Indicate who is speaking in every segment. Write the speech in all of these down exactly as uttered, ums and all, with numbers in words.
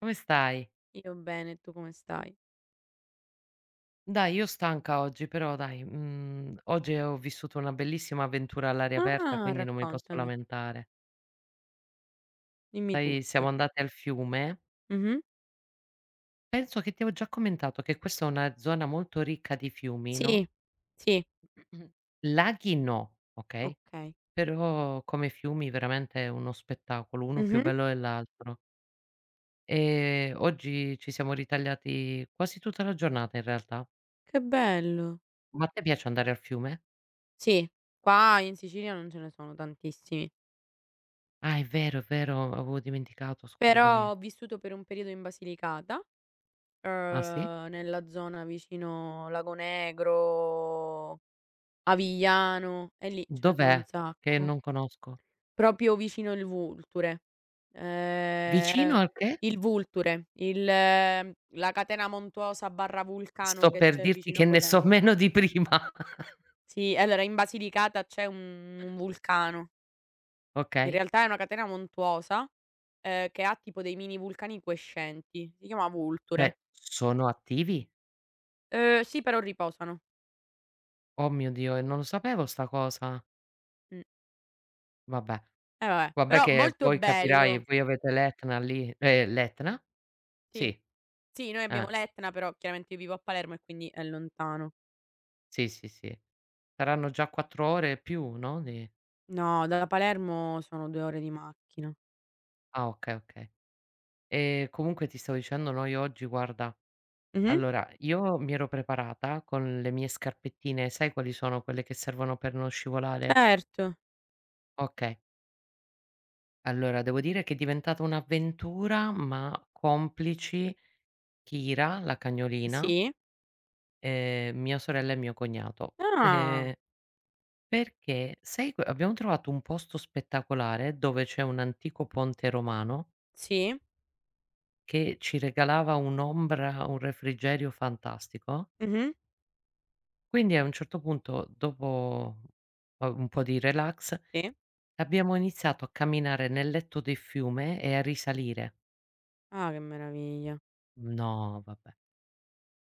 Speaker 1: Come stai?
Speaker 2: Io bene, tu come stai?
Speaker 1: Dai, io stanca oggi, però dai, mhmm, oggi ho vissuto una bellissima avventura all'aria aperta,
Speaker 2: Ah,
Speaker 1: quindi non mi posso
Speaker 2: raccontami,
Speaker 1: lamentare.
Speaker 2: dimmi
Speaker 1: Sai, siamo
Speaker 2: tutto.
Speaker 1: andati al fiume,
Speaker 2: Mh-mh.
Speaker 1: penso che ti avevo già commentato che questa è una zona molto ricca di fiumi, no,
Speaker 2: Sì, sì,
Speaker 1: laghi no, okay,
Speaker 2: okay.
Speaker 1: però come fiumi veramente è uno spettacolo, uno più
Speaker 2: Mh-mh.
Speaker 1: bello dell'altro. Ehm, oggi ci siamo ritagliati quasi tutta la giornata in realtà.
Speaker 2: Che bello.
Speaker 1: Ma a te piace andare al fiume?
Speaker 2: Sì, qua in Sicilia non ce ne sono tantissimi,
Speaker 1: Ah, è vero, è vero, avevo dimenticato,
Speaker 2: però
Speaker 1: scusami.
Speaker 2: ho vissuto per un periodo in Basilicata,
Speaker 1: Ah sì?
Speaker 2: uhm, nella zona vicino Lago Negro, Avigliano, e lì ce ne sono un
Speaker 1: Dov'è? Che
Speaker 2: sacco.
Speaker 1: non conosco.
Speaker 2: Proprio vicino il Vulture. Ehm,
Speaker 1: Vicino al che?
Speaker 2: il Vulture, il ehm, la catena montuosa barra vulcano
Speaker 1: Sto
Speaker 2: che
Speaker 1: per
Speaker 2: c'è
Speaker 1: dirti
Speaker 2: vicino
Speaker 1: che ne so
Speaker 2: Potenza.
Speaker 1: meno di prima.
Speaker 2: Sì, allora in Basilicata c'è un un vulcano. In
Speaker 1: Okay.
Speaker 2: realtà è una catena montuosa, ehm, che ha tipo dei mini vulcani quiescenti. Si chiama
Speaker 1: Cioè,
Speaker 2: Vulture.
Speaker 1: sono attivi?
Speaker 2: Uhm, sì, però riposano.
Speaker 1: Oh mio Dio, e non lo sapevo sta cosa.
Speaker 2: Mh.
Speaker 1: Vabbè,
Speaker 2: Eh vabbè,
Speaker 1: vabbè
Speaker 2: però
Speaker 1: che
Speaker 2: molto
Speaker 1: voi capirai,
Speaker 2: bello.
Speaker 1: voi avete l'Etna lì eh, l'Etna? Sì,
Speaker 2: Sì. Sì, noi abbiamo
Speaker 1: eh,
Speaker 2: l'Etna, però chiaramente io vivo a Palermo e quindi è lontano.
Speaker 1: sì, sì, sì. Saranno già quattro ore e più, no, di
Speaker 2: No, da Palermo sono due ore di macchina.
Speaker 1: ah okay, okay. E comunque ti stavo dicendo, noi oggi guarda.
Speaker 2: Mh-mh.
Speaker 1: Allora, io mi ero preparata con le mie scarpettine, sai quali sono? Quelle che servono per non scivolare?
Speaker 2: Certo.
Speaker 1: Okay. Allora, devo dire che è diventata un'avventura, ma complici Kira, la cagnolina,
Speaker 2: Sì.
Speaker 1: ehm, mia sorella e mio cognato.
Speaker 2: Ah,
Speaker 1: Ehm, perché sai que abbiamo trovato un posto spettacolare dove c'è un antico ponte romano
Speaker 2: sì.
Speaker 1: che ci regalava un'ombra, un refrigerio fantastico.
Speaker 2: Mh-mh.
Speaker 1: Quindi a un certo punto, dopo, uhm, un po' di relax,
Speaker 2: Sì.
Speaker 1: abbiamo iniziato a camminare nel letto del fiume e a risalire.
Speaker 2: Ah, che meraviglia.
Speaker 1: No, vabbè.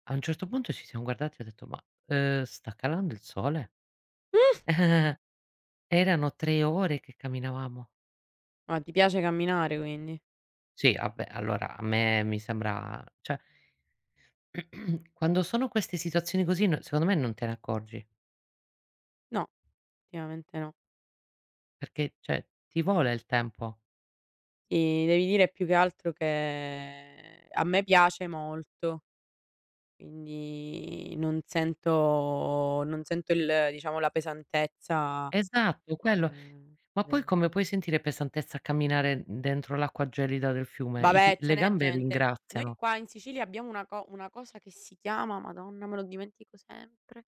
Speaker 1: A un certo punto ci siamo guardati e ho detto: "Ma, uhm, sta calando il sole?"
Speaker 2: Mh!
Speaker 1: Erano tre ore che camminavamo.
Speaker 2: Ma ti piace camminare quindi?
Speaker 1: Sì, vabbè, allora a me mi sembra cioè, quando sono queste situazioni così no, secondo me non te ne accorgi,
Speaker 2: No, ultimamente no.
Speaker 1: perché cioè ti vola il tempo.
Speaker 2: Sì, devi dire più che altro che a me piace molto, quindi non sento non sento il diciamo la pesantezza,
Speaker 1: Esatto, quello.
Speaker 2: ehm,
Speaker 1: Ma poi
Speaker 2: del.
Speaker 1: come puoi sentire pesantezza a camminare dentro l'acqua gelida del fiume? I pi
Speaker 2: Vabbè, ce
Speaker 1: le
Speaker 2: n'è
Speaker 1: gambe
Speaker 2: gente. Noi
Speaker 1: ringraziano.
Speaker 2: qua in Sicilia abbiamo una co una cosa che si chiama Madonna, me lo dimentico sempre.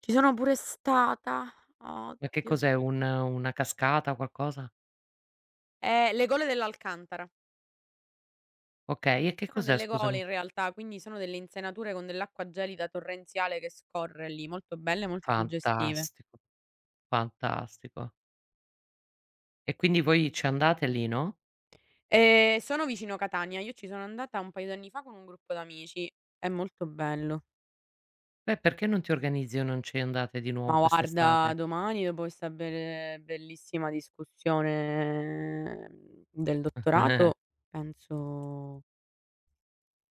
Speaker 2: Ci sono pure stata.
Speaker 1: Ma che
Speaker 2: Oddio,
Speaker 1: cos'è?
Speaker 2: san
Speaker 1: Un una cascata, qualcosa?
Speaker 2: eh, le gole dell'Alcantara.
Speaker 1: Okay, e che
Speaker 2: Sono
Speaker 1: cos'è
Speaker 2: delle gole
Speaker 1: scusami?
Speaker 2: in realtà, quindi sono delle insenature con dell'acqua gelida torrenziale che scorre lì, molto belle, molto suggestive.
Speaker 1: Fantastico, fantastico. E quindi voi ci andate lì, no?
Speaker 2: Ehm, sono vicino Catania. Io ci sono andata un paio d'anni fa con un gruppo d'amici. È molto bello.
Speaker 1: Beh, perché non ti organizzi o non ci andate di
Speaker 2: Ma
Speaker 1: nuovo
Speaker 2: guarda,
Speaker 1: quest'estate?
Speaker 2: domani dopo questa bel bellissima discussione, ehm, del dottorato, penso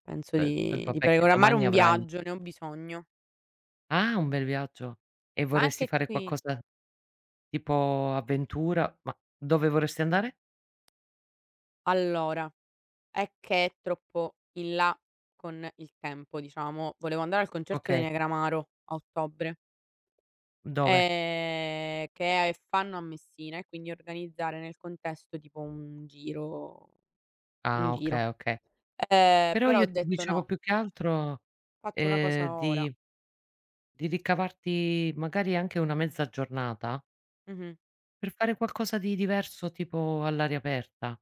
Speaker 2: penso
Speaker 1: Uhm,
Speaker 2: di di
Speaker 1: vabbè che
Speaker 2: programmare
Speaker 1: domani
Speaker 2: un
Speaker 1: avrai
Speaker 2: viaggio, ne ho bisogno.
Speaker 1: ah, un bel viaggio. E
Speaker 2: Ma
Speaker 1: vorresti
Speaker 2: anche
Speaker 1: fare
Speaker 2: qui,
Speaker 1: qualcosa tipo avventura? Ma dove vorresti andare?
Speaker 2: allora, è che è troppo in là con il tempo, diciamo. Volevo andare al concerto dei
Speaker 1: Okay,
Speaker 2: Negramaro a ottobre,
Speaker 1: dove?
Speaker 2: ehm, che fanno a Messina, e quindi organizzare nel contesto tipo un giro un
Speaker 1: Ah,
Speaker 2: giro.
Speaker 1: okay, okay.
Speaker 2: Ehm,
Speaker 1: Però
Speaker 2: però ho
Speaker 1: io ti
Speaker 2: detto:
Speaker 1: dicevo
Speaker 2: "No,
Speaker 1: più che altro,
Speaker 2: faccio una
Speaker 1: ehm,
Speaker 2: cosa ora."
Speaker 1: di Di ricavarti magari anche una mezza giornata
Speaker 2: Mh-mh.
Speaker 1: per fare qualcosa di diverso, tipo all'aria aperta.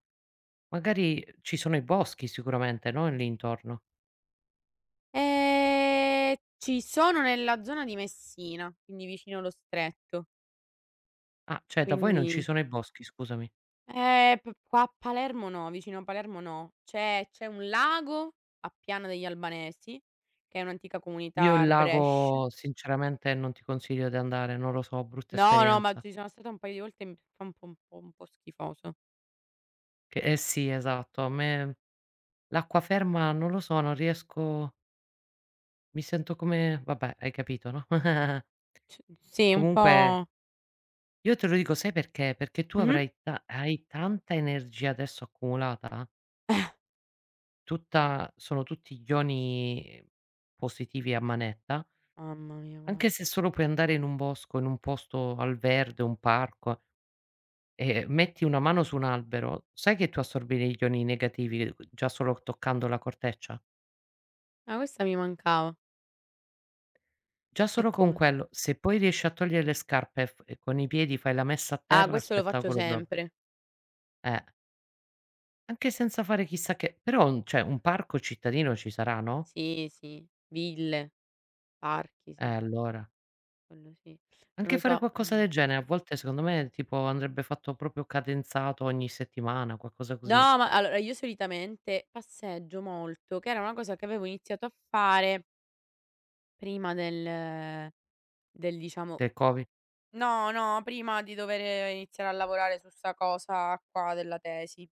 Speaker 1: Magari ci sono i boschi sicuramente, no, lì intorno?
Speaker 2: Ehm, ci sono nella zona di Messina, quindi vicino lo Stretto.
Speaker 1: Ah, cioè da voi non ci
Speaker 2: Quindi
Speaker 1: sono i boschi, scusami.
Speaker 2: eh, p qua a Palermo no, vicino a Palermo no. C'è c'è un lago a Piana degli Albanesi, che è un'antica comunità
Speaker 1: Io il
Speaker 2: Arbresh.
Speaker 1: lago sinceramente non ti consiglio di andare, non lo so, brutta
Speaker 2: No, no, ma
Speaker 1: esperienza.
Speaker 2: ci sono stata un paio di volte e mi fa un po' un po' un po' schifoso.
Speaker 1: Che eh sì, esatto, a me l'acqua ferma non lo so, non riesco, mi sento come vabbè, hai capito, no?
Speaker 2: C sì, un
Speaker 1: Comunque
Speaker 2: po'.
Speaker 1: io te lo dico, sai perché? Perché tu
Speaker 2: Mh-mh.
Speaker 1: avrai ta hai tanta energia adesso accumulata, tutta, sono tutti ioni eh, positivi a manetta,
Speaker 2: Mamma mia, guarda.
Speaker 1: anche se solo puoi andare in un bosco, in un posto al verde, un parco, e metti una mano su un albero, sai che tu assorbi gli ioni negativi già solo toccando la corteccia?
Speaker 2: Ah, questa mi mancava.
Speaker 1: Già
Speaker 2: E
Speaker 1: solo con
Speaker 2: come?
Speaker 1: quello, se poi riesci a togliere le scarpe e f e con i piedi fai la messa a
Speaker 2: Ah,
Speaker 1: terra,
Speaker 2: questo lo faccio
Speaker 1: spettacolo pro
Speaker 2: sempre.
Speaker 1: eh. Anche senza fare chissà che però un cioè un parco cittadino ci sarà, no,
Speaker 2: Sì, sì, ville, parchi,
Speaker 1: eh,
Speaker 2: sì,
Speaker 1: allora.
Speaker 2: quello sì. Non lo
Speaker 1: Anche fare
Speaker 2: so,
Speaker 1: qualcosa del
Speaker 2: mhmm,
Speaker 1: genere, a volte secondo me tipo andrebbe fatto proprio cadenzato ogni settimana, qualcosa
Speaker 2: no,
Speaker 1: così.
Speaker 2: ma allora io solitamente passeggio molto, che era una cosa che avevo iniziato a fare prima del del diciamo.
Speaker 1: Del Covid.
Speaker 2: No, no, prima di dover iniziare a lavorare su 'sta cosa qua della tesi.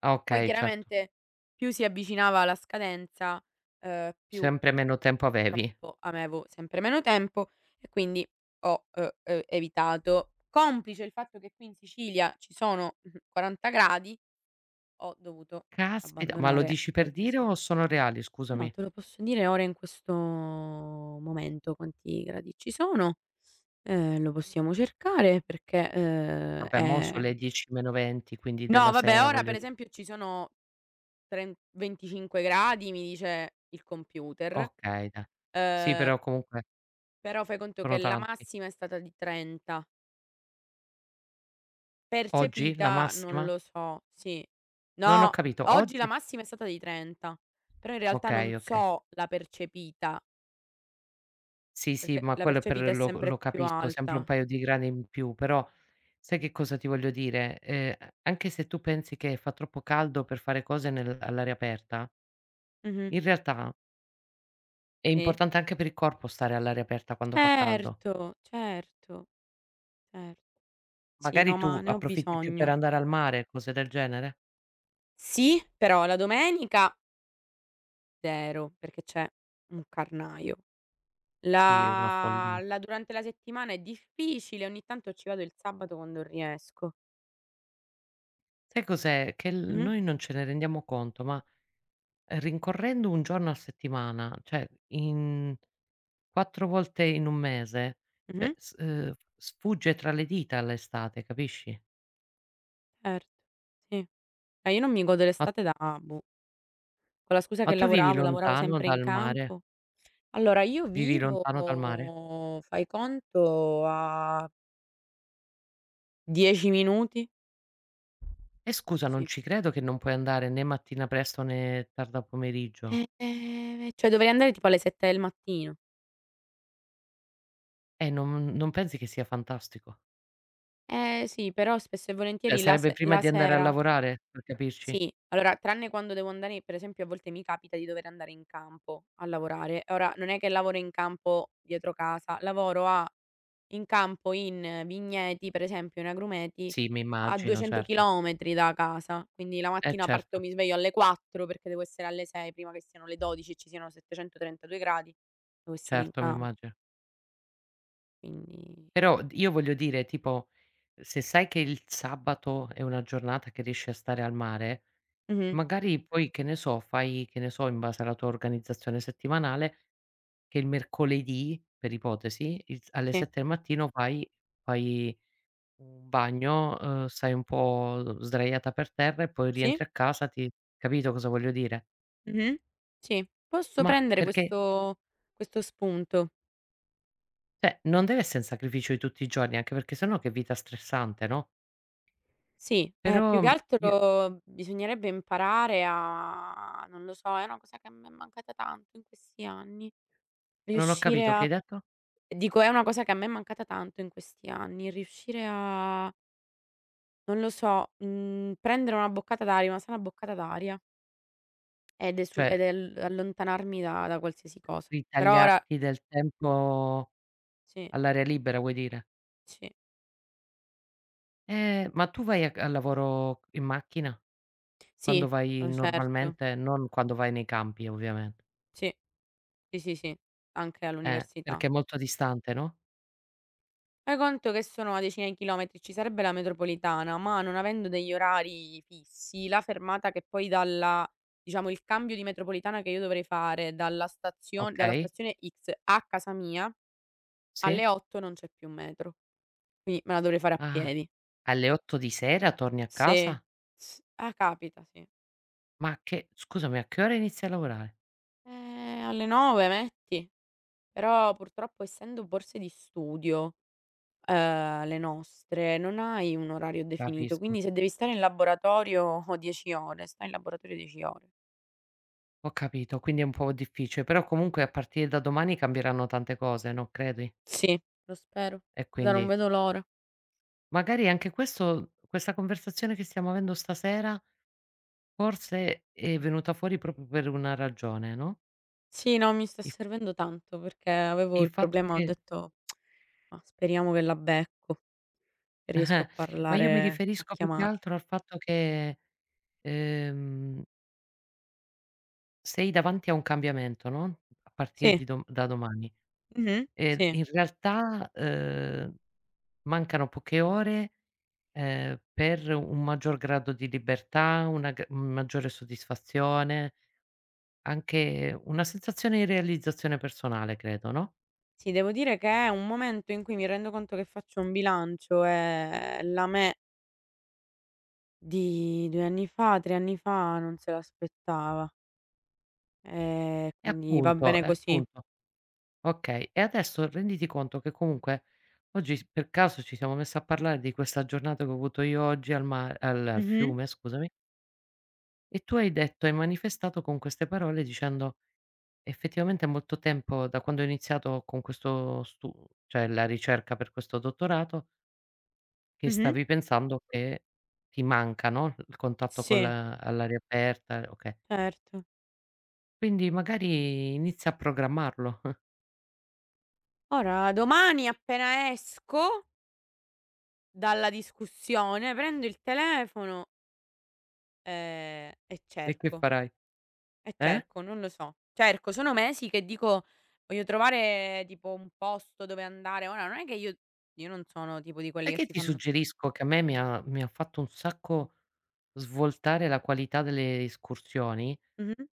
Speaker 1: Ah,
Speaker 2: Poi
Speaker 1: okay, certo.
Speaker 2: chiaramente più si avvicinava la scadenza, ehm, più.
Speaker 1: Sempre meno tempo avevi.
Speaker 2: Purtroppo avevo sempre meno tempo, e quindi ho uhm, uhm, evitato. Complice il fatto che qui in Sicilia ci sono, mh-mh, quaranta gradi, ho dovuto
Speaker 1: Caspita, ma lo
Speaker 2: abbandonare
Speaker 1: dici per dire
Speaker 2: qualsiasi.
Speaker 1: o sono reali
Speaker 2: No,
Speaker 1: scusami?
Speaker 2: te lo posso dire ora in questo momento quanti gradi ci sono, ehm, lo possiamo cercare perché, uhm,
Speaker 1: Vabbè, mo
Speaker 2: è.
Speaker 1: sono le dieci e venti quindi
Speaker 2: No
Speaker 1: della
Speaker 2: vabbè,
Speaker 1: sera,
Speaker 2: ora
Speaker 1: voglio
Speaker 2: per
Speaker 1: di
Speaker 2: esempio ci sono tren venticinque gradi mi dice il computer.
Speaker 1: okay dai. Sì,
Speaker 2: uhm
Speaker 1: però comunque
Speaker 2: Però fai conto che
Speaker 1: sono
Speaker 2: la
Speaker 1: tanti.
Speaker 2: massima è stata di trenta.
Speaker 1: Oggi la
Speaker 2: Percepita non
Speaker 1: massima?
Speaker 2: lo so, sì.
Speaker 1: Non ho
Speaker 2: No,
Speaker 1: capito,
Speaker 2: oggi la
Speaker 1: oggi?
Speaker 2: massima è stata di trenta, però in realtà non
Speaker 1: Okay, okay.
Speaker 2: so la percepita,
Speaker 1: Sì, sì,
Speaker 2: perché
Speaker 1: ma
Speaker 2: la
Speaker 1: quello per
Speaker 2: percepita è
Speaker 1: lo
Speaker 2: sempre
Speaker 1: lo
Speaker 2: più
Speaker 1: capisco, sempre un
Speaker 2: alta.
Speaker 1: paio di grani in più, però sai che cosa ti voglio dire? Ehm, a anche se tu pensi che fa troppo caldo per fare cose nel all'aria aperta,
Speaker 2: Mh-mh.
Speaker 1: in realtà è
Speaker 2: Sì.
Speaker 1: importante anche per il corpo stare all'aria aperta quando fa caldo.
Speaker 2: Certo, certo, certo. Sì, no,
Speaker 1: Magari
Speaker 2: ma
Speaker 1: tu
Speaker 2: ne ho
Speaker 1: approfitti più per
Speaker 2: bisogno.
Speaker 1: andare al mare, cose del genere?
Speaker 2: Sì, però la domenica zero, perché c'è un carnaio.
Speaker 1: Sì, è una
Speaker 2: La
Speaker 1: follia.
Speaker 2: la durante la settimana è difficile, ogni tanto ci vado il sabato quando riesco.
Speaker 1: Sai cos'è? Che l
Speaker 2: Mh-mh,
Speaker 1: noi non ce ne rendiamo conto, ma rincorrendo un giorno a settimana, cioè in quattro volte in un mese,
Speaker 2: mh-mh,
Speaker 1: cioè s uhm, sfugge tra le dita l'estate, capisci?
Speaker 2: certo. Sì. Eh, io non mi godo
Speaker 1: Ma
Speaker 2: l'estate da boh, con la scusa
Speaker 1: ma
Speaker 2: che
Speaker 1: tu vivi
Speaker 2: lavoravo, lavoravo
Speaker 1: lontano
Speaker 2: sempre in
Speaker 1: dal mare?
Speaker 2: campo. Allora io
Speaker 1: Vivi
Speaker 2: vivo,
Speaker 1: lontano dal mare?
Speaker 2: fai conto, a dieci minuti,
Speaker 1: E scusa, non
Speaker 2: sì.
Speaker 1: ci credo che non puoi andare né mattina presto né tarda pomeriggio.
Speaker 2: Eh, ehm, cioè dovrei andare tipo alle sette del mattino.
Speaker 1: Eh, non non pensi che sia fantastico?
Speaker 2: Eh sì, però spesso e
Speaker 1: Cioè,
Speaker 2: volentieri la
Speaker 1: sarebbe
Speaker 2: se
Speaker 1: prima
Speaker 2: la
Speaker 1: di andare a
Speaker 2: sera.
Speaker 1: lavorare, per capirci?
Speaker 2: Sì, allora tranne quando devo andare, per esempio a volte mi capita di dover andare in campo a lavorare. Ora non è che lavoro in campo dietro casa, lavoro a in campo in vigneti, per esempio in agrumeti,
Speaker 1: Sì, mi
Speaker 2: a
Speaker 1: immagino,
Speaker 2: 200
Speaker 1: certo.
Speaker 2: km da casa. Quindi la
Speaker 1: Eh,
Speaker 2: mattina parto,
Speaker 1: certo,
Speaker 2: mi sveglio alle quattro perché devo essere alle sei, prima che siano le dodici e ci siano settecentotrentadue gradi, devo essere in
Speaker 1: certo, mi
Speaker 2: campo,
Speaker 1: immagino.
Speaker 2: quindi
Speaker 1: Però d io voglio dire, tipo, se sai che il sabato è una giornata che riesci a stare al mare.
Speaker 2: mh-mh,
Speaker 1: Magari poi, che ne so, fai che ne so, in base alla tua organizzazione settimanale, che il mercoledì, per ipotesi, il s alle
Speaker 2: sì,
Speaker 1: sette del mattino fai fai un bagno, uhm, stai un po' sdraiata per terra e poi
Speaker 2: sì,
Speaker 1: rientri a casa, ti capito cosa voglio dire?
Speaker 2: mh-mh, sì. Posso
Speaker 1: Ma
Speaker 2: prendere
Speaker 1: perché
Speaker 2: questo questo spunto.
Speaker 1: cioè, non deve essere un sacrificio di tutti i giorni, anche perché se no che vita stressante, no,
Speaker 2: Sì, ehm, più
Speaker 1: però,
Speaker 2: che
Speaker 1: mhmm, io
Speaker 2: altro bisognerebbe imparare a, non lo so, è una cosa che a me è mancata tanto in questi anni,
Speaker 1: non ho
Speaker 2: riuscire
Speaker 1: capito, che
Speaker 2: a.
Speaker 1: hai detto?
Speaker 2: Dico, è una cosa che a me è mancata tanto in questi anni, riuscire a, non lo so, mhmm, prendere una boccata d'aria, una sana boccata d'aria, ed esu
Speaker 1: Cioè,
Speaker 2: ed el allontanarmi da da qualsiasi cosa. Per ora
Speaker 1: ritagliarti del tempo
Speaker 2: sì,
Speaker 1: all'aria libera vuoi dire?
Speaker 2: sì,
Speaker 1: Eh, ma tu vai a c al lavoro in macchina? Quando
Speaker 2: sì,
Speaker 1: vai
Speaker 2: ma certo.
Speaker 1: normalmente, non quando vai nei campi ovviamente.
Speaker 2: Sì, sì, sì, sì, anche
Speaker 1: Eh,
Speaker 2: all'università.
Speaker 1: perché è molto distante, no?
Speaker 2: Fai conto che sono una decina di chilometri, ci sarebbe la metropolitana, ma non avendo degli orari fissi, la fermata che poi dalla, diciamo, il cambio di metropolitana che io dovrei fare dalla stazio dalla
Speaker 1: Okay,
Speaker 2: stazione X a casa mia,
Speaker 1: sì.
Speaker 2: alle otto non c'è più metro, quindi me la dovrei fare a
Speaker 1: Ah,
Speaker 2: piedi.
Speaker 1: alle otto di sera torni a
Speaker 2: Sì,
Speaker 1: casa?
Speaker 2: s ah, capita sì.
Speaker 1: Ma che scusami, a che ora inizi a lavorare?
Speaker 2: Eh, alle nove metti, però purtroppo essendo borse di studio. Ehm, le nostre, non hai un orario definito,
Speaker 1: Capisco,
Speaker 2: quindi se devi stare in laboratorio dieci ore, stai in laboratorio dieci ore.
Speaker 1: ho capito, quindi è un po' difficile, però comunque a partire da domani cambieranno tante cose, non credi?
Speaker 2: Sì, lo spero.
Speaker 1: E
Speaker 2: Guarda,
Speaker 1: quindi
Speaker 2: non vedo l'ora.
Speaker 1: magari anche questo questa conversazione che stiamo avendo stasera, forse è venuta fuori proprio per una ragione, no?
Speaker 2: Sì, no, mi sta
Speaker 1: Il
Speaker 2: servendo tanto perché avevo
Speaker 1: Il
Speaker 2: il
Speaker 1: fatto
Speaker 2: problema, ho
Speaker 1: che
Speaker 2: detto: "Mah, speriamo che la becco, che riesco a
Speaker 1: eh-eh, ma io mi
Speaker 2: parlare a
Speaker 1: riferisco più che
Speaker 2: chiamarla."
Speaker 1: altro al fatto che, ehm, sei davanti a un cambiamento, no, a partire
Speaker 2: Sì,
Speaker 1: di dom da domani.
Speaker 2: mh-mh,
Speaker 1: E
Speaker 2: sì.
Speaker 1: in realtà, ehm, mancano poche ore, ehm, per un maggior grado di libertà, una g maggiore soddisfazione, anche una sensazione di realizzazione personale credo, no,
Speaker 2: Sì, devo dire che è un momento in cui mi rendo conto che faccio un bilancio e la me di due anni fa, tre anni fa non se l'aspettava. Ehm,
Speaker 1: e
Speaker 2: quindi va
Speaker 1: appunto
Speaker 2: bene
Speaker 1: e
Speaker 2: così.
Speaker 1: appunto Okay, e adesso renditi conto che comunque oggi s per caso ci siamo messi a parlare di questa giornata che ho avuto io oggi al ma al al
Speaker 2: Mh-mh.
Speaker 1: fiume scusami, e tu hai detto hai manifestato con queste parole dicendo: "Effettivamente è molto tempo da quando ho iniziato con questo stu cioè la ricerca per questo dottorato, che
Speaker 2: Mh-mh.
Speaker 1: stavi pensando che ti manca, no, il contatto con
Speaker 2: Sì,
Speaker 1: la all'aria aperta", okay.
Speaker 2: certo.
Speaker 1: Quindi magari inizia a programmarlo.
Speaker 2: Ora domani appena esco dalla discussione, prendo il telefono, ehm, e
Speaker 1: E che
Speaker 2: cerco,
Speaker 1: farai?
Speaker 2: e
Speaker 1: Eh?
Speaker 2: cerco, non lo so. Cerco, sono mesi che dico: "Voglio trovare tipo un posto dove andare." Ora non è che io, io non sono tipo di quelli
Speaker 1: Sai
Speaker 2: che
Speaker 1: che
Speaker 2: si
Speaker 1: ti
Speaker 2: fanno
Speaker 1: suggerisco, che a me mi ha mi ha fatto un sacco svoltare la qualità delle escursioni?
Speaker 2: mh-mh.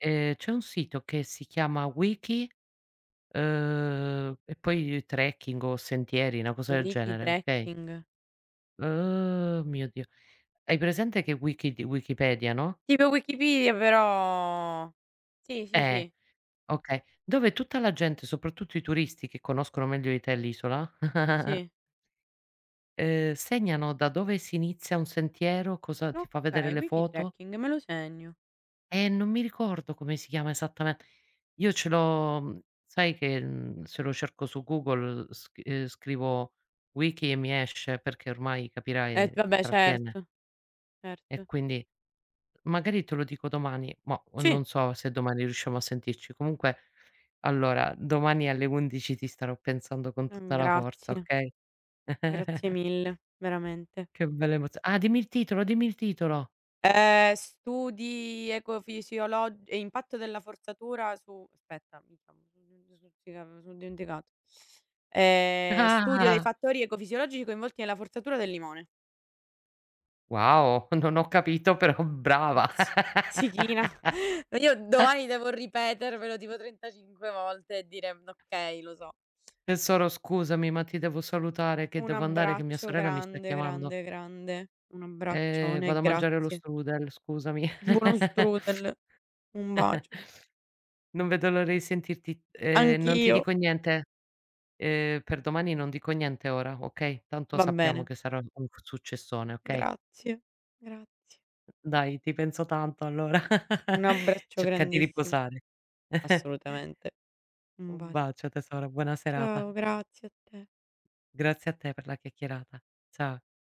Speaker 1: Ehm, c'è un sito che si chiama Wiki, uhm, e poi trekking o sentieri, una cosa del
Speaker 2: Wiki,
Speaker 1: genere, okay?
Speaker 2: trekking.
Speaker 1: Oh mio Dio, hai presente che Wiki di Wikipedia, no?
Speaker 2: Tipo Wikipedia però sì, sì,
Speaker 1: Eh,
Speaker 2: sì,
Speaker 1: okay, dove tutta la gente, soprattutto i turisti che conoscono meglio di te l'isola,
Speaker 2: sì.
Speaker 1: ehm, segnano da dove si inizia un sentiero, cosa ti fa vedere
Speaker 2: Okay,
Speaker 1: le foto.
Speaker 2: Wiki-Trekking, me lo segno.
Speaker 1: Eh, non mi ricordo come si chiama esattamente. Io ce l'ho, mhmm, sai che, mhmm, se lo cerco su Google sc ehm, scrivo wiki e mi esce, perché ormai
Speaker 2: Eh
Speaker 1: capirai
Speaker 2: vabbè,
Speaker 1: trattiene,
Speaker 2: certo,
Speaker 1: e
Speaker 2: certo.
Speaker 1: quindi magari te lo dico domani, mah,
Speaker 2: Sì,
Speaker 1: non so se domani riusciamo a sentirci. Comunque, allora, domani alle undici ti starò pensando con
Speaker 2: mhmm,
Speaker 1: tutta la forza,
Speaker 2: grazie,
Speaker 1: okay?
Speaker 2: grazie mille, veramente.
Speaker 1: Che bella emozio, ah, dimmi il titolo, dimmi il titolo.
Speaker 2: Ehm, studi ecofisiolog e impatto della forzatura su, aspetta, m'ho dimenticato. Ehm,
Speaker 1: Ah, ah,
Speaker 2: studio dei
Speaker 1: ah.
Speaker 2: fattori ecofisiologici coinvolti nella forzatura del limone.
Speaker 1: Wow, non ho capito però brava.
Speaker 2: Zichina. Io domani devo ripetermelo tipo trentacinque volte e dire: "Mm, okay, lo so".
Speaker 1: Tesoro scusami, ma ti devo salutare che
Speaker 2: Un
Speaker 1: devo andare, che mia
Speaker 2: abbraccio
Speaker 1: sorella mi sta
Speaker 2: grande,
Speaker 1: chiamando.
Speaker 2: grande, grande. Un
Speaker 1: Ehm,
Speaker 2: abbraccione e
Speaker 1: vado a mangiare lo
Speaker 2: grazie.
Speaker 1: strudel, scusami.
Speaker 2: Buono strudel, un bacio.
Speaker 1: Non vedo l'ora di sentirti. Ehm, non ti
Speaker 2: Anch'io.
Speaker 1: dico niente, ehm, per domani non dico niente ora, okay? Tanto
Speaker 2: Va
Speaker 1: sappiamo
Speaker 2: bene.
Speaker 1: che sarà un successone, okay?
Speaker 2: Grazie, grazie.
Speaker 1: Dai, ti penso tanto allora.
Speaker 2: Un abbraccio
Speaker 1: Cerca di
Speaker 2: grandissimo.
Speaker 1: riposare.
Speaker 2: Assolutamente. Un
Speaker 1: Un
Speaker 2: bacio.
Speaker 1: bacio tesoro, buona serata.
Speaker 2: Ciao, grazie a te.
Speaker 1: Grazie a te per la chiacchierata. Cia